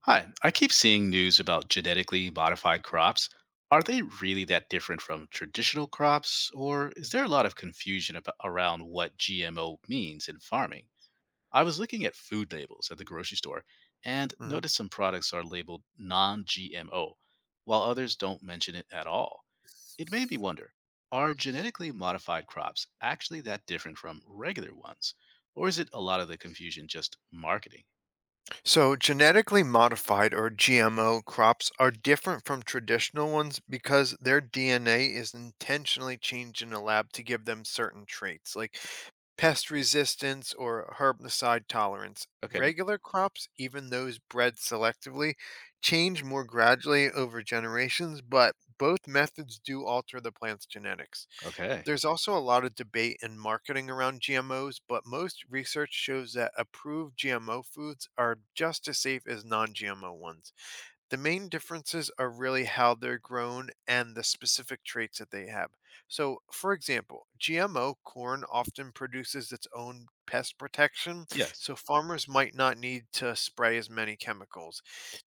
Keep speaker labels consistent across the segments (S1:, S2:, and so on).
S1: Hi, I keep seeing news about genetically modified crops. Are they really that different from traditional crops, or is there a lot of confusion around what GMO means in farming? I was looking at food labels at the grocery store and
S2: Mhm.
S1: noticed some products are labeled non GMO, while others don't mention it at all. It made me wonder, are genetically modified crops actually that different from regular ones, or is it a lot of the confusion just marketing?
S2: So, genetically modified or GMO crops are different from traditional ones because their DNA is intentionally changed in a lab to give them certain traits like pest resistance or herbicide tolerance.
S1: Okay,
S2: Regular crops, even those bred selectively, change more gradually over generations, but both methods do alter the plant's genetics.
S1: okay.
S2: There's also a lot of debate and marketing around GMOs, but most research shows that approved GMO foods are just as safe as non GMO ones. The main differences are really how they're grown and the specific traits that they have. So, for example, GMO corn often produces its own pest protection,
S1: Yes.
S2: so farmers might not need to spray as many chemicals.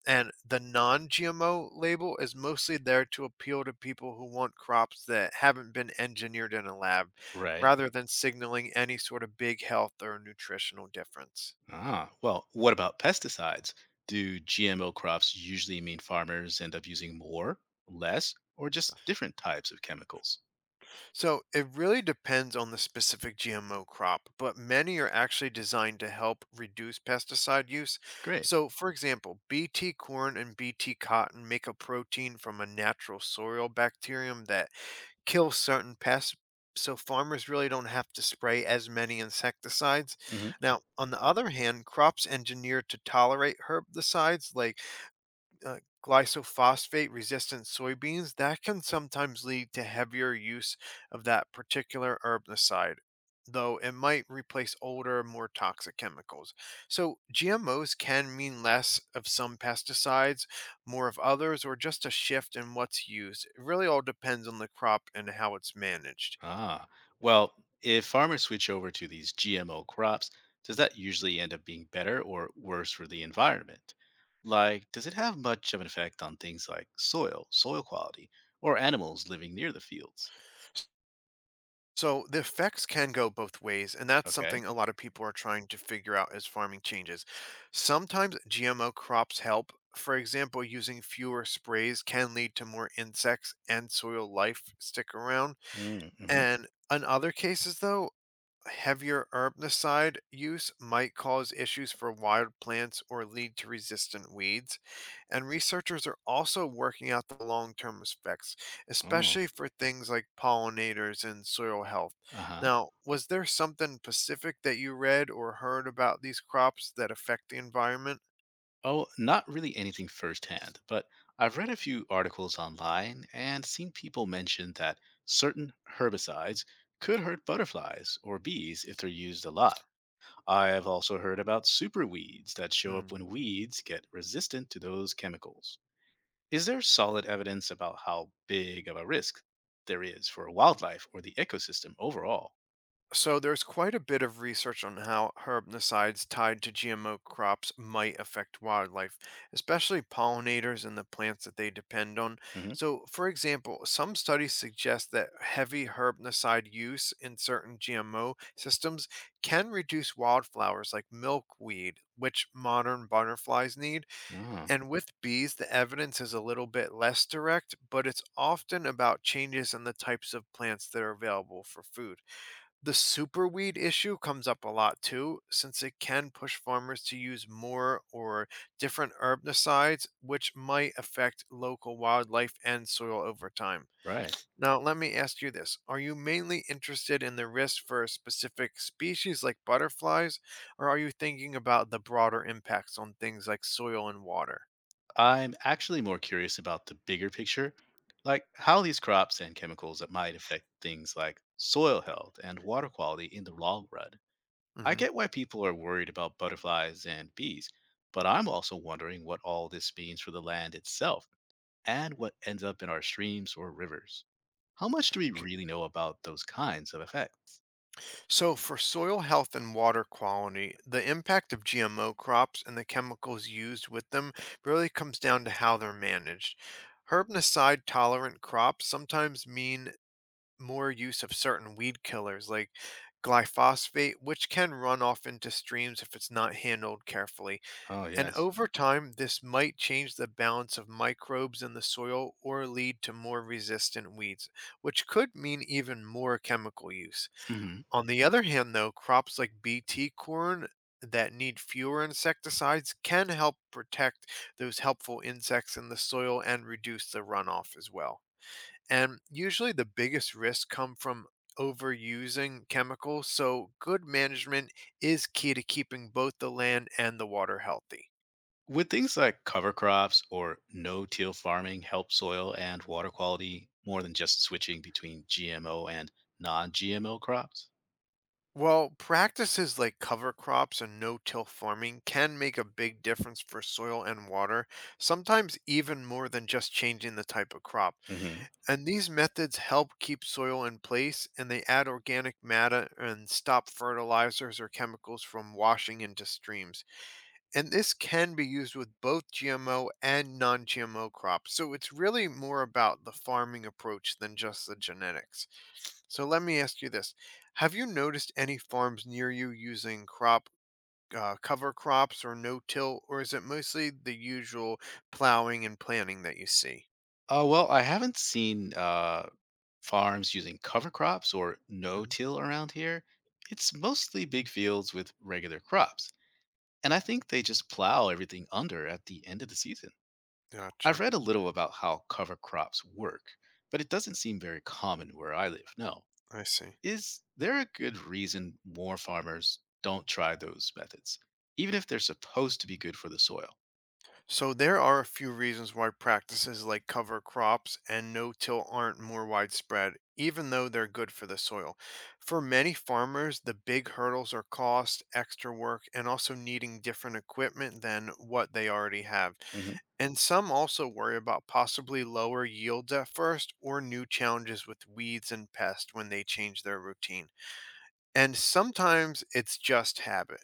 S2: And the non GMO label is mostly there to appeal to people who want crops that haven't been engineered in a lab,
S1: Right.
S2: rather than signaling any sort of big health or nutritional difference.
S1: Ah, well, what about pesticides? Do GMO crops usually mean farmers end up using more, less, or just different types of chemicals?
S2: So it really depends on the specific GMO crop, but many are actually designed to help reduce pesticide use.
S1: Great.
S2: So, for example, BT corn and BT cotton make a protein from a natural soil bacterium that kills certain pests. So, farmers really don't have to spray as many insecticides.
S1: Hmm.
S2: Now, on the other hand, crops engineered to tolerate herbicides like uh, glyphosate resistant soybeans, that can sometimes lead to heavier use of that particular herbicide, though it might replace older, more toxic chemicals. So, GMOs can mean less of some pesticides, more of others, or just a shift in what's used. It really all depends on the crop and how it's managed.
S1: Ah, well, if farmers switch over to these GMO crops, does that usually end up being better or worse for the environment? Like, does it have much of an effect on things like soil quality, or animals living near the fields?
S2: So the effects can go both ways, and that's something
S1: Okay.
S2: a lot of people are trying to figure out as farming changes. Sometimes GMO crops help. For example, using fewer sprays can lead to more insects and soil life stick around.
S1: Mm-hmm.
S2: And in other cases, though, heavier herbicide use might cause issues for wild plants or lead to resistant weeds. And researchers are also working out the long term effects,
S1: Oh.
S2: especially for things like pollinators and soil health.
S1: Uh huh.
S2: Now, was there something specific that you read or heard about these crops that affect the environment?
S1: Oh, not really anything firsthand, but I've read a few articles online and seen people mention that certain herbicides could hurt butterflies or bees if they're used a lot. I have also heard about superweeds that show
S2: Hmm.
S1: up when weeds get resistant to those chemicals. Is there solid evidence about how big of a risk there is for wildlife or the ecosystem overall?
S2: So there's quite a bit of research on how herbicides tied to GMO crops might affect wildlife, especially pollinators and the plants that they depend on.
S1: Hmm.
S2: So, for example, some studies suggest that heavy herbicide use in certain GMO systems can reduce wildflowers like milkweed, which modern butterflies need.
S1: Ah,
S2: And with bees, the evidence is a little bit less direct, but it's often about changes in the types of plants that are available for food. The superweed issue comes up a lot too, since it can push farmers to use more or different herbicides, which might affect local wildlife and soil over time.
S1: right.
S2: Now, let me ask you this. Are you mainly interested in the risk for a specific species like butterflies, or are you thinking about the broader impacts on things like soil and water?
S1: I'm actually more curious about the bigger picture, like how these crops and chemicals that might affect things like soil health and water quality in the long run. I
S2: Hmm.
S1: get why people are worried about butterflies and bees, but I'm also wondering what all this means for the land itself and what ends up in our streams or rivers. How much do we really know about those kinds of effects?
S2: So, for soil health and water quality, the impact of GMO crops and the chemicals used with them really comes down to how they're managed. Herbicide tolerant crops sometimes mean more use of certain weed killers like glyphosate, which can run off into streams if it's not handled carefully.
S1: Oh,
S2: And
S1: yes.
S2: over time, this might change the balance of microbes in the soil or lead to more resistant weeds, which could mean even more chemical use.
S1: Mhm.
S2: On the other hand, though, crops like BT corn that need fewer insecticides can help protect those helpful insects in the soil and reduce the runoff as well. And usually the biggest risks come from overusing chemicals, so good management is key to keeping both the land and the water healthy.
S1: Would things like cover crops or no-till farming help soil and water quality more than just switching between GMO and non-GMO crops?
S2: Well, practices like cover crops and no-till farming can make a big difference for soil and water, sometimes even more than just changing the type of crop.
S1: Hmm.
S2: And these methods help keep soil in place and they add organic matter and stop fertilizers or chemicals from washing into streams. And this can be used with both GMO and non GMO crops. So it's really more about the farming approach than just the genetics. So let me ask you this. Have you noticed any farms near you using crop? Cover crops or no till, or is it mostly the usual plowing and planting that you see?
S1: Well, I haven't seen farms using cover crops or
S2: Mhm.
S1: no-till around here. It's mostly big fields with regular crops, and I think they just plow everything under at the end of the season. I've
S2: Gotcha.
S1: read a little about how cover crops work, but it doesn't seem very common where I live. No.
S2: I see.
S1: Is there a good reason more farmers don't try those methods, even if they're supposed to be good for the soil?
S2: So there are a few reasons why practices like cover crops and no-till aren't more widespread, even though they're good for the soil. For many farmers, the big hurdles are cost, extra work, and also needing different equipment than what they already have. And some also worry about possibly lower yields at first or new challenges with weeds and pests when they change their routine. And sometimes it's just habit.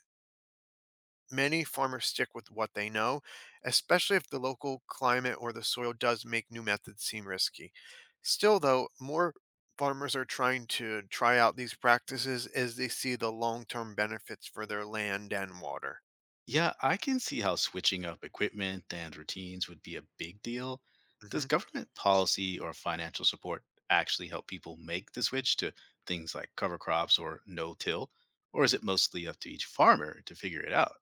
S2: Many farmers stick with what they know, especially if the local climate or the soil does make new methods seem risky. Still, though, more farmers are trying to try out these practices as they see the long term benefits for their land and water.
S1: Yeah, I can see how switching up equipment and routines would be a big deal. Does
S2: Hmm.
S1: government policy or financial support actually help people make the switch to things like cover crops or no till? Or is it mostly up to each farmer to figure it out?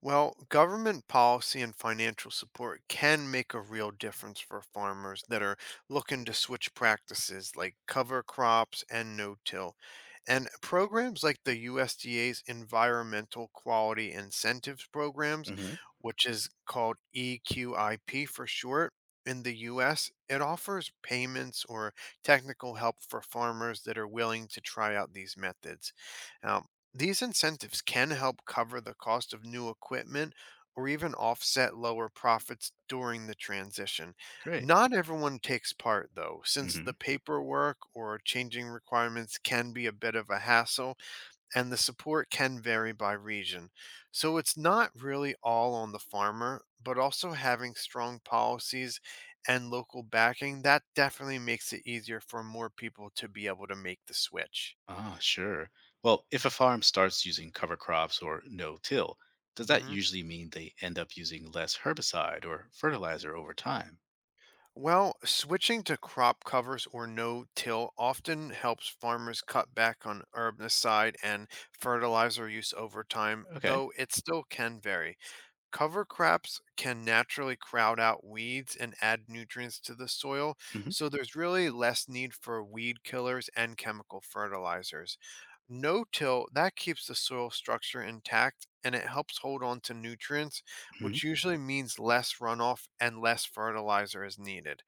S2: Well, government policy and financial support can make a real difference for farmers that are looking to switch practices like cover crops and no till. And programs like the USDA's Environmental Quality Incentives Programs,
S1: Hmm.
S2: which is called EQIP for short, in the US, it offers payments or technical help for farmers that are willing to try out these methods. Now, these incentives can help cover the cost of new equipment or even offset lower profits during the transition.
S1: Great.
S2: Not everyone takes part, though, since
S1: Hmm.
S2: the paperwork or changing requirements can be a bit of a hassle and the support can vary by region. So it's not really all on the farmer, but also having strong policies and local backing, that definitely makes it easier for more people to be able to make the switch.
S1: Ah, sure. Well, if a farm starts using cover crops or no till, does that
S2: Mhm.
S1: usually mean they end up using less herbicide or fertilizer over time?
S2: Well, switching to crop covers or no-till often helps farmers cut back on herbicide and fertilizer use over time,
S1: Okay.
S2: though it still can vary. Cover crops can naturally crowd out weeds and add nutrients to the soil,
S1: Hmm.
S2: so there's really less need for weed killers and chemical fertilizers. No-till, that keeps the soil structure intact and it helps hold on to nutrients,
S1: Hmm.
S2: which usually means less runoff and less fertilizer is needed.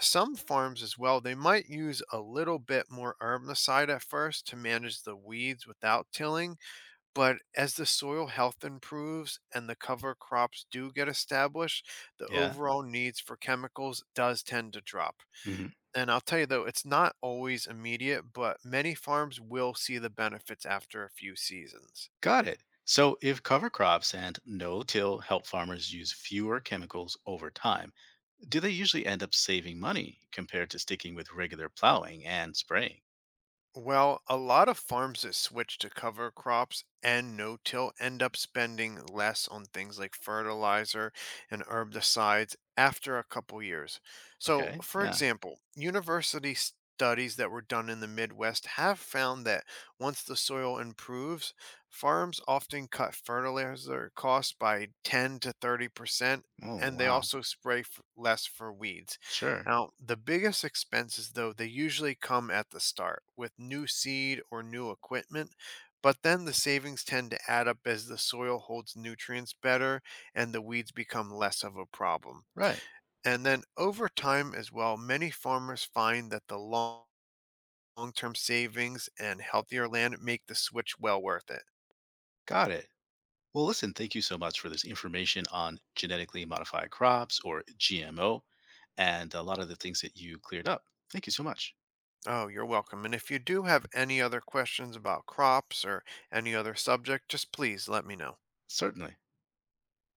S2: Some farms as well, they might use a little bit more herbicide at first to manage the weeds without tilling. But as the soil health improves and the cover crops do get established, the
S1: Yeah.
S2: overall needs for chemicals does tend to drop.
S1: Mm-hmm.
S2: And I'll tell you though, it's not always immediate, but many farms will see the benefits after a few seasons.
S1: Got it. So, if cover crops and no till help farmers use fewer chemicals over time, do they usually end up saving money compared to sticking with regular plowing and spraying?
S2: Well, a lot of farms that switch to cover crops and no-till end up spending less on things like fertilizer and herbicides after a couple years. So,
S1: Okay,
S2: for
S1: yeah.
S2: example, university studies that were done in the Midwest have found that once the soil improves, farms often cut fertilizer costs by 10 to 30%,
S1: Oh,
S2: and they
S1: wow.
S2: also spray less for weeds.
S1: Sure.
S2: Now, the biggest expenses, though, they usually come at the start with new seed or new equipment, but then the savings tend to add up as the soil holds nutrients better and the weeds become less of a problem.
S1: Right.
S2: And then over time as well, many farmers find that the long term savings and healthier land make the switch well worth it.
S1: Got it. Well, listen, thank you so much for this information on genetically modified crops or GMO, and a lot of the things that you cleared up. Thank you so much.
S2: Oh, you're welcome. And if you do have any other questions about crops or any other subject, just please let me know.
S1: Certainly.